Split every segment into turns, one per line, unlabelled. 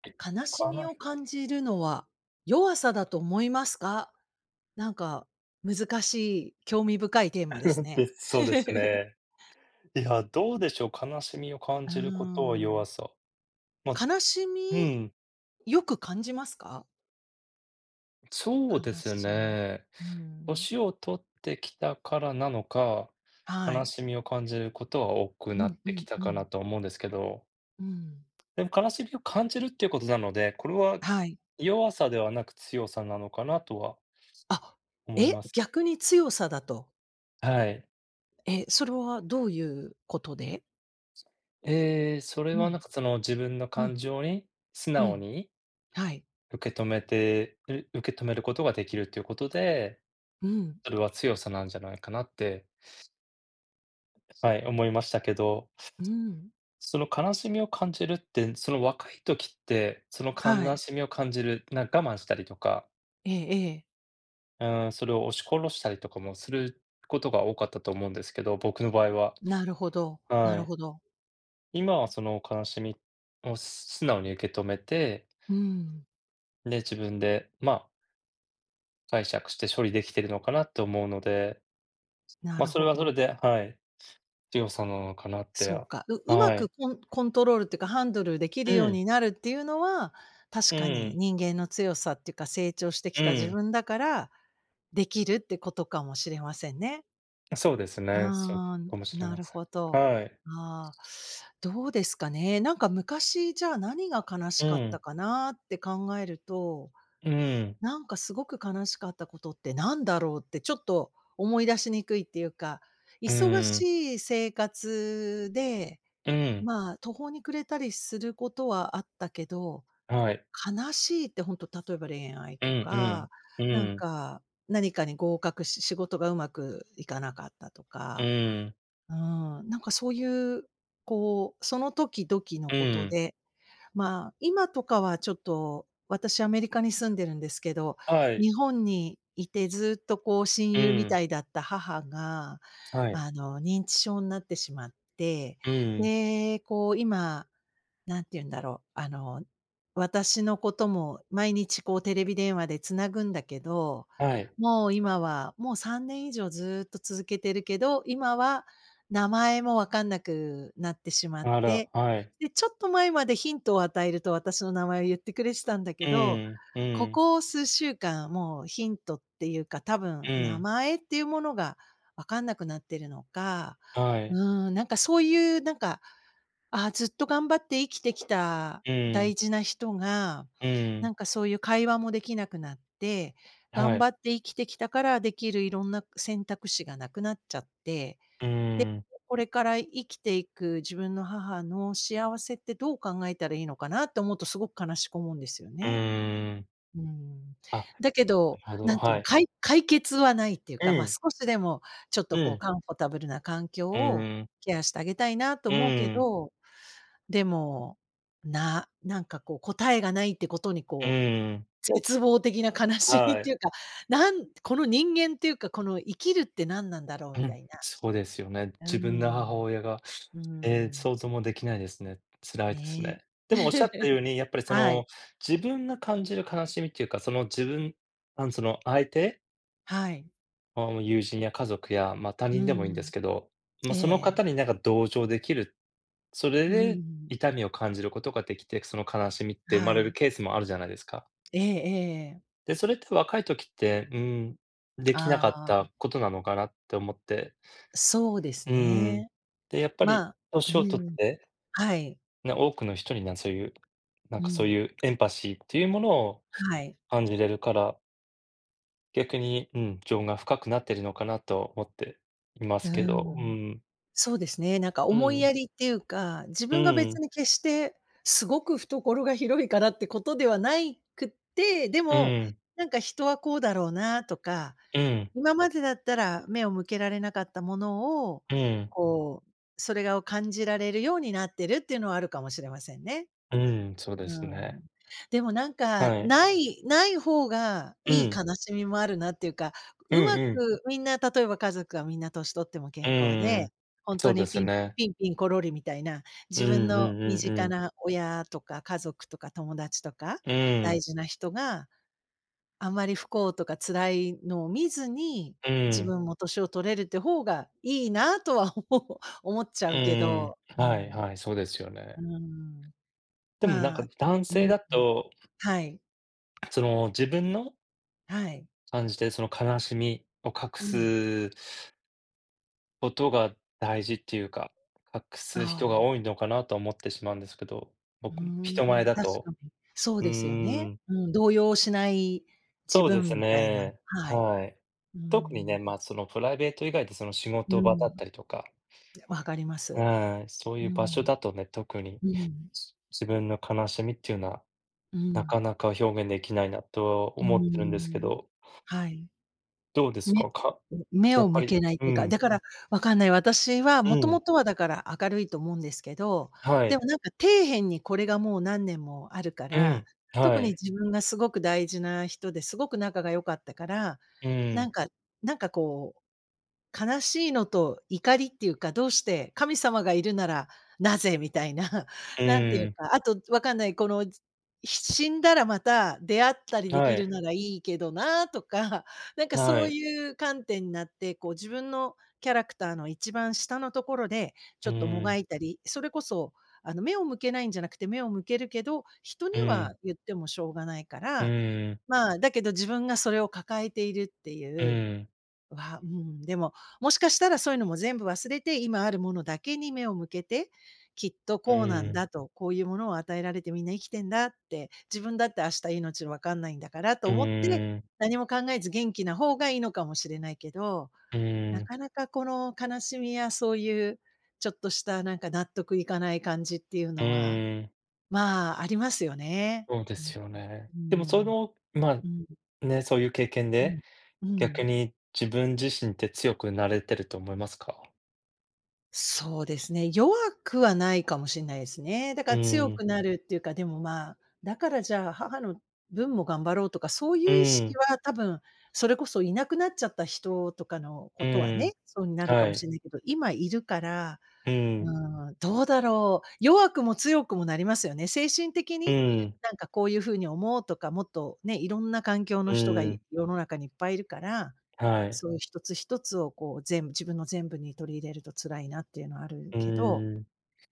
悲
悲しみを
し
感じるのは弱さだと思いますか？なんか難しい、興味深いテーマです ね。
で、そうです ね。いや、どうでしょう、悲しみを感
うー
じることは弱
ん。
さ。まあ、
悲し
う
み、
ん、
よく感じますか？
そう
悲
です
しみ。
ね。
うん。
年を取ってきたからなのか、
は
悲
い。
しみを感じることは多く
う
なっ
んう
てき
ん
た
う
かな
ん。
と思うんですけど、
うん。
でも悲しみを感じるっていうことなので、これは
はい。
弱さではなく強さなのかなとは
あ、
思います。
逆に強さだと。
はい。
え、それはどういうことで？
ええ、それ
う
は
ん、
なんかその自分の
う
感
ん、
情に素
う
直
ん。
に
はい。
受け止めることができるということで、
うん、
それは強さなんじゃないかなって、はい、思いましたけど、
うん。
その悲しみを感じるって、その若い時って、その
は
悲
い。
しみを感じる、我慢したりとか、
ええええ。
うーん、それを押し殺したりとかもすることが多かったと思うんですけど、僕の場合は。
なるほど、な
は
るほ
い。
ど。
今はその悲しみを素直に受け止めて、
うん、
で、自分で、まあ、解釈して処理できてるのかなって思うので、
な
まあ、
る
それ
ほ
はそれ
ど。
ではい。強さなのかなって、
そう
あ
か。ううま
は
く
い。
コントロールっていうか、ハンドルできる
う
よう
ん、
になるっていうのは、確
う
かに
ん、
人間の強さっていうか、成長してき
う
た自
ん。
分だから、できるってことかもしれませんね。
そうですね、そう
ああ、
かもしれ
な
ま
る
せん。
ほど。
はい。
ああ、どうですかね。昔、じゃあ、何が悲し
う
かっ
ん、
たかなって考えると
うん、
すごく悲しかったことってなんだろうってちょっと思い出しにくいっていうか、
う
忙
ーん、
しい生活で、
うん、
まあ、途方に暮れたりすることはあったけど、
はい。
悲しいってほんと例えば恋愛
う
と
ん
か、
うん、う
なん
ん、
か、何かに合格し仕事がうまくいかなかったと
う
か、
ん、
うん、そういう、こう、その時々の
う
こと
ん、
でまあ、今とかはちょっと、私アメリカに住んでるんですけど、
はい、
日本にいてずっとこう親
う
友みた
ん、
いだった母が、
はい、
認知症になってしまって、
うん、
で、こう今なんて言うんだろう、私のことも毎日こうテレビ電話で繋ぐんだけど、
はい。
もう今は、もう3年以上ずっと続けてるけど、今は名前もわかんなくなってしまっ
あら、
て、
はい。
で、ちょっと前までヒントを与えると私の名前を言ってくれてたんだけ
う
ど、
ん、う
こ
ん、
こ数週間もうヒントっていうか、多分
う
名
ん、
前っていうものがわかんなくなってるのか、
はい。
うん、そういうずっと頑張って生きてきた
う
大
ん、
事な人が、
うん、
そういう会話もできなくなって、
は
頑張
い。
って生きてきたからできるいろんな選択肢がなくなっちゃって、
う
で、
ん、
これから生きていく自分の母の幸せってどう考えたらいいのかなって思うとすごく悲しく思うんですよ
うん
ね。
うん
うーん。
あ、
だけ
な
ど、
るほど、
なんていう
は
の、
い。
解決はないっていう
う
か、ま、
ん、
少しでもちょっと
う
こう
ん、
カンフォータブルな環境
う
を
ん、
ケアしてあげたいなと
う
思うけ
ん。
どでも、こう答えがないってことに
う
こう、
ーん。
絶望的な悲しみっ
は
ていう
い。
か、この人間っていうか、この生きるって何なんだろう
う
みた
ん、
いな。
そうですよね。
うー
自分の母
ん、
親が、
うー
ええ、
ん、
想像もできないですね。辛いです
ねえ。
ね。でもおっしゃったよ うに、やっぱりそ
は
の、
い、
自分が感じる悲しみっていうか、その自分その相手、
はい。
ま、友人や家族や、ま、他
うー
人でもいいんです
ん、
けど、
え
ま、その
え、
方になんか同情できる、それ
う
で
ん、
痛みを感じることができて、その悲しみって生ま
は
れる
い。
ケースもあるじゃないですか。
ええええ。
で、それって若い時って、ん、できなかっ
ああ、
たことなのかなって思って。
そうです
うん。
ね。
で、やっぱり
まあ、う
年を取っ
ん、
て、
はい、
ね、多くの人にそういう、な
う
んかそう
ん、
いうエンパシーっていうものを
はい、
感じれるから、逆に、うん、情が深くなってるのかなと思っていま
う
すけ
ー
ど、う
ん。
ん、
そうですね。
う
思い
ん、
やりっていうか、自
う
分が別
ん、
に決してすごく懐が広いからってことではなって、で
う
も、
ん、
人はこうだろうなとか、
うん、
今までだったら目を向けられなかったものを、
うん、
こう、それを感じられるようになってるっていうのはあるかもしれませんね。
うん、そうで
う
すね。
ん。でも
はい。
ない方が
う
いい悲
ん、
しみもあるなっていうか、
うん
うまく
うん、
みんな例えば家族がみんな年取っても
う
健康
ー
で、
ん。
ほん
そ
と
う
に
です
ピン
ね。
ピンピンコロリみたいな、
う
自
ん
分
う
の
ん
身
うんう
近
ん。
な親とか家族とか友達とか、
う
大
ん、
事な人があんまり不幸とか辛いのを見ずに、
う
自
ん、
分も年を取れるって方がいいなとは思思っちゃ
うん
う
う
けど、
ん
う
はい
ん、
はい、そうですよ
う
ね。
ーん、
でもなん
ま
か
あ、
男
う
性
ん、
だと
はい。
その、自分の
はい。
感じてるその悲しみを隠
うん。
すことが大事っていうか、隠す人が
あ
多い
あ、
のかなと思ってしまうんですけど、
うー
僕も人前
ん。
だ
確か
と。
に。そう
うー
ですよね。
ん、
うん、動揺しない自
そうで
分
す
みたいな。
ね。
はい。
はい。
うー
特に
ん。
ね、ま、そのプライベート以外でその仕
う
事場だ
ん。
ったりとか、
わかります。
はい、そう
う
いう場所
ん。
だとね、特に、
うん。
自分の悲しみっていうのは、
う
なか
ん。
なか表現できないなと
うー
思ってるんですけ
ん。
ど、
はい。
どうです
め
か？
目
や
を
っぱ
向
り
けない
う
というか、
ん、
だから、わかんない、私は
う
もと
ん、
もとはだから明るいと思うんですけど、
は
でも
い。
底辺にこれがもう何年もあるか
う
ら、
ん、
特
は
に
い。
自分がすごく大事な人ですごく仲が良かったから、
う
な
ん、
んかこう悲しいのと怒りっていうか、どうして神様がいるならなぜみたいな、
う
なんていう
ん、
か、あとわかんない、この、死んだらまた出会ったりで
は
きる
い、
ならいいけどなとか、そ
は
う
い。
いう観点になって、こう自分のキャラクターの一番下のところでちょ
う
っともが
ん、
いたり、それこそ目を向けないんじゃなくて、目を向けるけど、人
う
には
ん、
言ってもしょうがないか
う
ら、
ん、
まあ、だけど自分がそれを抱えているって
う
いう
ん、
うん、でも、もしかしたらそういうのも全部忘れて、今あるものだけに目を向けて、きっと
う
こうなん
ん、
だと、こういうものを与えられてみんな生きてんだって、自分だって明日命わかんないんだからと
う
思って、
ん、
何も考えず元気な方がいいのかもしれないけど、
う
な
ん、
かなかこの悲しみやそういうちょっとした納得いかない感じっていう
う
のは、
ん。
まあ、ありますよね。
そうで
う
すよね。
ん、
で
う
もそ
ん、
の、ま
うん、
あ、ね、そういう経験
う
で、
ん、う
逆
ん。
に自分自身って強くなれてると思いますか？
そうですね、弱くはないかもしれないですね。だか
う
ら強
ん、
くなるっていうか、でも、まあ、だからじゃあ母の分も頑張ろうとか、そうい
う
う意識
ん、
は多分、それこそいなくなっちゃった人とかのこ
う
とはね、
ん、
そうになるか
は
もし
い。
れないけど、今いるから
うん、
うーん、どうだろう。弱くも強くもなりますよね。精神的
う
に、
ん、
こういう風に思うとか、もっとね、いろんな環境の
う
人が
ん、
世の中にいっぱいいるから、
はい。
そういう一つ一つをこう全部自分の全部に取り入れると辛いなっていうのはある
う
けど、
ん、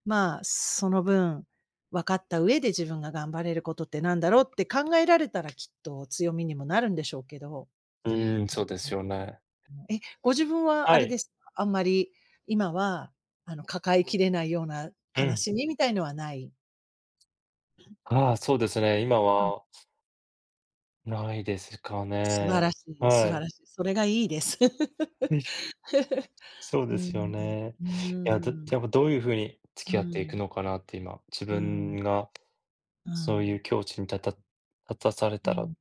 まあ、その分、分かった上で自分が頑張れることってなんだろうって考えられたらきっと強みにもなるんでしょうけど。
うん、そうですよね。
え、ご自分はあ
は
れで
い、
すか？あんまり今は、抱えきれないような
う
悲
ん。
しみみたいのはない？
ああ、そうですね。今は
あ、
ないですか
素晴ら
ね。
しい、素
は
晴
い。
らしい。それがいいです。
そう
うー
ですよ
ん、
ね。
う
いや、
ーん、
やっぱどういうふうに付
う
き合って
ー
いく
ん、
のかなって今、自
うーん、
分が
うー
そういう
ん、
境地に立たされ
う
たら、
ん。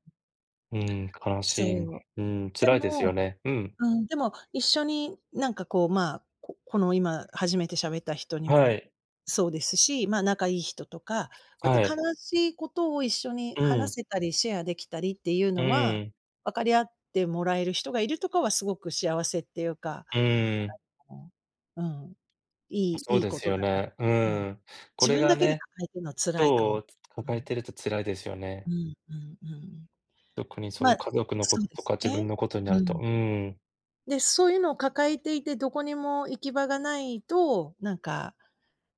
うん、悲
そ
しい、
う。
うん、
で
辛いです
も
よね。うん。
うん、でも、一緒にこう、まあ、ここの今初めて喋った人に
は
も
い。
そうですし、まあ、仲いい人とか、こうやっ
は
て
い。
悲しいことを一緒に
う
話
ん。
せたりシェアできたりっていう
う
のは、
ん。
分かり合ってもらえる人がいるとかはすごく幸せっていうか、
うん。
あのうん、いい
そう
いい
で
こ
す
と
よ
だなと。
ね。う
うん。
ん。こ
自
れ
分
が
だけで
ね、
抱えてるのは辛いか
ど
も。
う
う
抱え
ん。
てると辛いですよ
う
ね。
んうんうん。
特にそう
ま
い
あ、
う家族のこ
そう
と
で
と
す
か自
ね。
分のことになる
う
と、
ん。
うん。
で、そういうのを抱えていて、どこにも行き場がないと、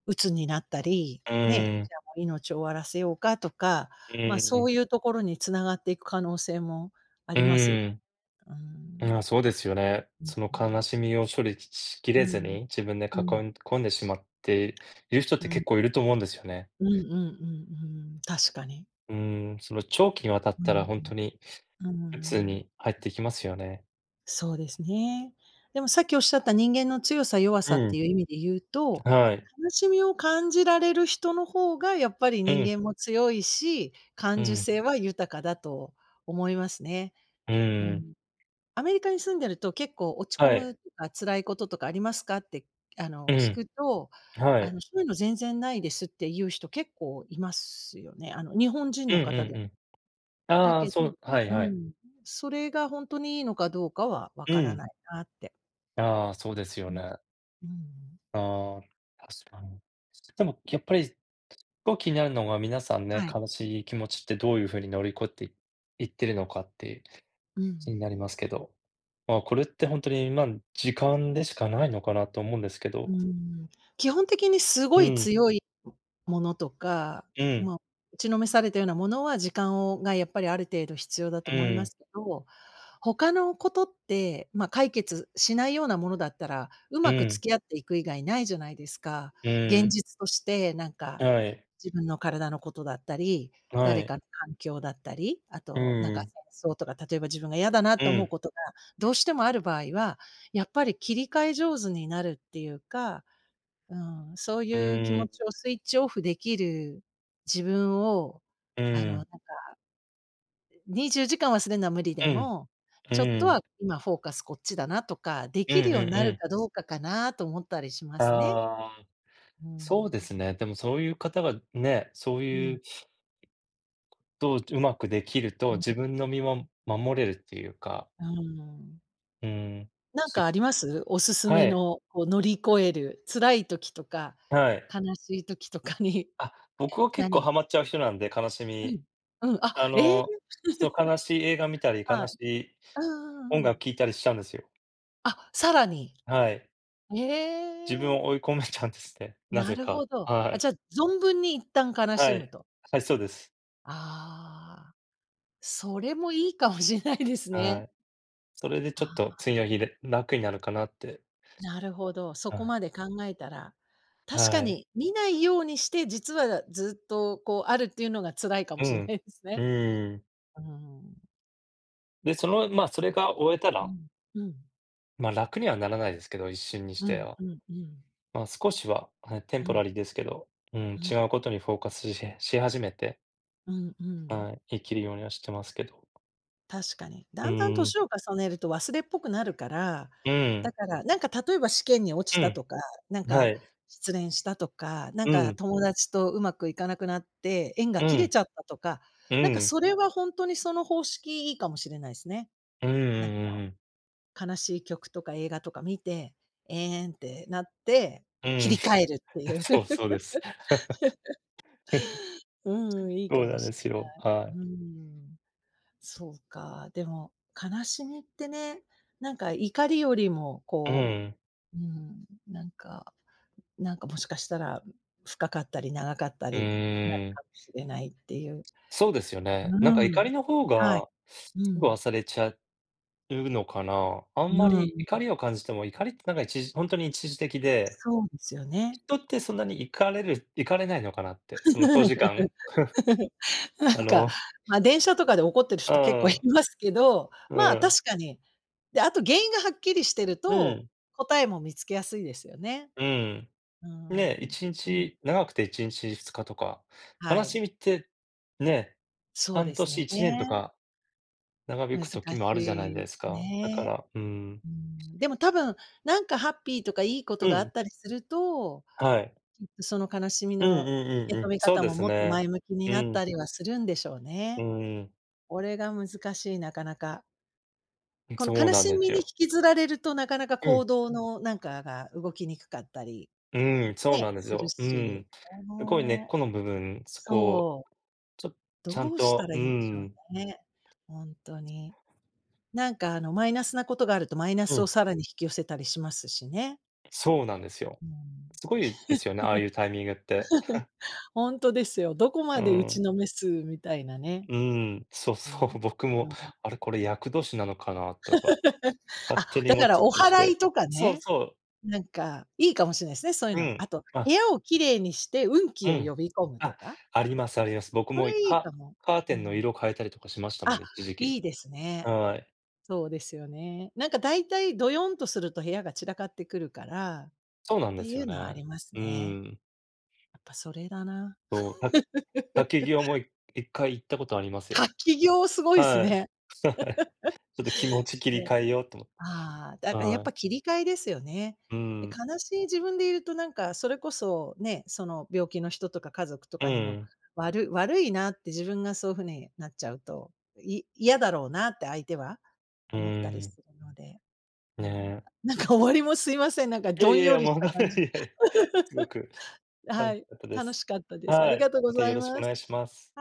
鬱になったり、
う
ね、
ーん、
じゃあもう命を終わらせようかとか、
う
まあ、
ー
そ
ん、
ういうところに繋がっていく可能性もあ
う
りますよ。
ーん。
うーん。
まああ、そうですよね。
うん
その
うん。
悲しみを処理しき
う
れ
ん、
ず
うん。
に、自分で
うん。
抱え込んでしまっている人って結構いると思うんですよね。
うんうんうんうん。確かに。
うーん、その長期にわたっ
う
たら
ん。
ほんとに
うー
鬱
ん。
に入っていきますよね。
そうですね。でもさっきおっしゃった人間の強さ弱
う
さってい
ん、
う意味で言うと、
はい。
悲しみを感じられる人の方がやっぱり
う
人
ん、
間も強いし、感
う
受
ん、
性は豊かだと思いますね。
う
う
ーん。
ん。アメリカに住んでると結構落ち込
は
む
い。
とか辛いこととかありますかって、
う
聞く
ん、
と、
はい。
そういうの全然ないですっていう人結構いますよね。日本人
う
の
ん
方
う
で
ん
も。
うん。
だ
ああ、
けど
そうはいは
う
い。
ん、それが本当にいいのかどうかはわ
う
から
ん。
ないなって。
ああ、そうですよ
うん、
ね。
うん。
ああ、確かに。でもやっぱり、すごい気になるのが、皆さんね、
はい。
悲しい気持ちってどういう風に乗り越えていいってるのかって
うん。
気になりますけど。まあ、これってほんとに、ま、時間でしかないのかなと思うんですけ
うー
ど。
ん、基本的にすご
う
い
ん、
強いものとか、
うん、
まあ、打ちのめされたようなものは時間がやっぱりある程度必要だと
う
思いま
ん、
すけど、他のことって、ま、解決しないようなものだったら、う
う
まく
ん、
付き合っていく以外ないじゃないですか。
う
現
ん。
実としてなんか
はい、
自分の体のことだったり、
は
誰か
い。
の環境だったり、あ
う
となんか
ん、
戦争とか、例えば自分が嫌だな
う
と思う
ん、
ことがどうしてもある場合は、やっぱり切り替え上手になるっていうか、うん、そうい
う
う気
ー
持
ん、
ちをスイッチオフできる自分を、
う
なん
ん、
か24時間忘れるのは無理で
うん、
も、
うん、
ちょっと
うん
は今フォーカスこっちだなとか、で
う
きる
ん
ようになる
うん。
かどうかかなと思ったりしますね。
ああ、
うん。
そうですね。でもそういう方がね、そう
う
い
ん、
うと、うまくできる
う
と、自
ん、
分の身も守れるっていうか、
うん。
うーん、
なんかあ
し
ります？おすす
は
め
い、
の、こう乗り越える、辛い時とか、
はい。
悲しい時とかに。
あ、僕は結構
何
ハマっちゃう人なんで、悲し
う
み、
ん。うん、
あ
あ、ええ、
の、そう、悲しい映画見たり、悲
はい。
しい
うんう
音
んう
楽
ん。
聴いたりしちゃうんですよ。
あ、さらに。
はい。
え
自分
え、
を追い込めちゃうんですね、な
な
ぜ
るほ
か。
ど。
は
あ、じ
い。
ゃ、存分に一旦悲し
は
む
い。
と。
はい、そうです。
ああ、それもいいかもしれないです
は
ね。
い。それでちょっ
あ
と
あ、
次の日で楽になるかなって。
なるほど、そ
は
こ
い。
まで考えたら。確か
はい。
に見ないようにして、実はずっとこうあるっていうのが辛いかも
う
しれない
ん。
です
う
ね。
ーん。
うーん。
で、その、まあ、それが終えた
う
ら
ん、うん、
ま、楽にはならないですけど、一瞬にし
う
て
ん、
は。
うん、うん、
まあ、少しは、はい、テン
う
ポラ
ん、
リーですけど、う
う
ん、違
ん、
うことにフォーカスし始めて、
うん、
はい、生きるようにはしてますけど。
確かに。
う
だんだん
ん、
年を重ねると忘れっぽくなるから、
う
だ
ん、
から、なんか例えば試験に落ち
う
たと
ん、
か、なん
は
か
い、
失恋したとか、なん
う
か
ん、
友達とうまくいかなくなって縁が
う
切れち
ん、
ゃったとか、
う
なんか
ん、
それはほんとにその方式いいかもしれないすね。
うんう
なん
んうん
悲しい曲とか映画とか見て、ええんってなって、
うん、
切
うん
り替えるってい う。
そう そうです。
うん、いいか
そう
も
なん
し
です
んな
よ、
い。
は
うー
い。
ん。そうか、でも、悲しみってね、なんか怒りよりも
う
こ
ん、
う、うん、なんかもしかしたら深かったり長かった
う
りなる
ーん、
かもしれないっていう。
そうですよね。なんか
う
怒
ん。
りの方
はい。
が、す
う
ぐ
ん。
忘れちゃうのかな。あんま
うん。
り怒りを感じても、怒りってなんか一時的で
そうですよね。
人ってそんなに行かれる行かれないのかなって、その長時間、
な
あ
んか、
の
まあ、電車とかで怒ってる
う
人結構い
ん、
ますけど、
う
まあ、
ん、
確かに。で、あと原因がはっきりしてる
う
と、
ん、
答えも見つけやすいですよね。
うん。
う
ね、
ん。
1
うん。
日長くて1日2日とか、悲
は
し
い。
みって、ね、
そう
半
ですね。
年1年とか長引
難
く
し
時もあるじゃない
い
ですか。だか
ね。
ら、うん。
うん、でも多分、なんかハッピーとかいいこと
う
があっ
ん、
たりすると、
はい。
きっとその悲しみ
うん
の
うん
受
うん
け
う
止
ん、
め
そう
方
で
も
す
もっと
ね。
前向きに
う
なっ
ん、
たりはするんでしょう
う
ね。
ん、
これが難しい、なかなか。この
そう
悲
なん
し
で
み
す
に
よ。
引きずられるとなかなか
う
行
ん、
動のなんかが動きにくかったり
うん、そう
ね、
なんです
する
よ。う
し、
ん。
こ
すごい根っ
の
この部分、そこを
そう、
ちょちゃん
どうした
と
ら
う
いいんでしょ
ん。
うね、本当に。なんか、マイナスなことがあると、マイナ
う
スを
ん、
さらに引き寄せたりしますしね。
そうなんですよ。
う当ん。
すごいですよね、ああいうタイミングって。
ほんとですよ。どこ
う
まで打ち
ん。
のめすみたいなね。
うーん、そう
う
そ
ん。
う、僕も、
うん。
あれ、これ厄年なのかなとか、勝手
あ、
に
だ
思
か
っち
ら
ゃっ
お
たりし
祓い
て。
とか
そう
ね、
そ
なんか、いいかもしれないですね、そういう
う、う
の。あ
ん。
と、部
あ、
屋をきれいにして運気
う
を
ん。
呼び込むと
あ、
か、
ありますあります。僕
そ
も
れいい
カ
かも。
カー
う
テンの
ん。
色変えたりとかしましたもん
あ、
ね、一時
いい
期。
ですね。
はい。
そうですよね。なんかだいたいどよんとすると部屋が散らかってくるから、っ
そうなんで
て
す
い
よ
うのはあ
ね。
ります
う
ね。
ーん。
やっぱそれだな。
そう、竹際も一回行ったことありますよ。
滝行すごいです
はい。
ね。
はい。ちょっと気持ち
す
切り
ごい。
替えようと思って。
ああ、だからやっ
は
ぱ
い。
切り替えですよね。
う
で、
ん。
悲しい自分でいるとなんかそれこそね、その病気の人とか家族と
う
かにも、
ん。
悪いなって自分がそういう風になっちゃうと、嫌だろうなって相手は
う
思ったり
ーん、
するので、う
ね
ん。
え。
なんか終わりもすいません、なんか
いや
ど
い
ん
やい
よ
や、
りし
もう、い
た感じで。
やいや、すごく楽
は
し
い、
かったで
楽
す。
しかったです。あ
は
りが
い、
とうご
また
ざ
よ
い
ろしくお
ま
願
す。
いします。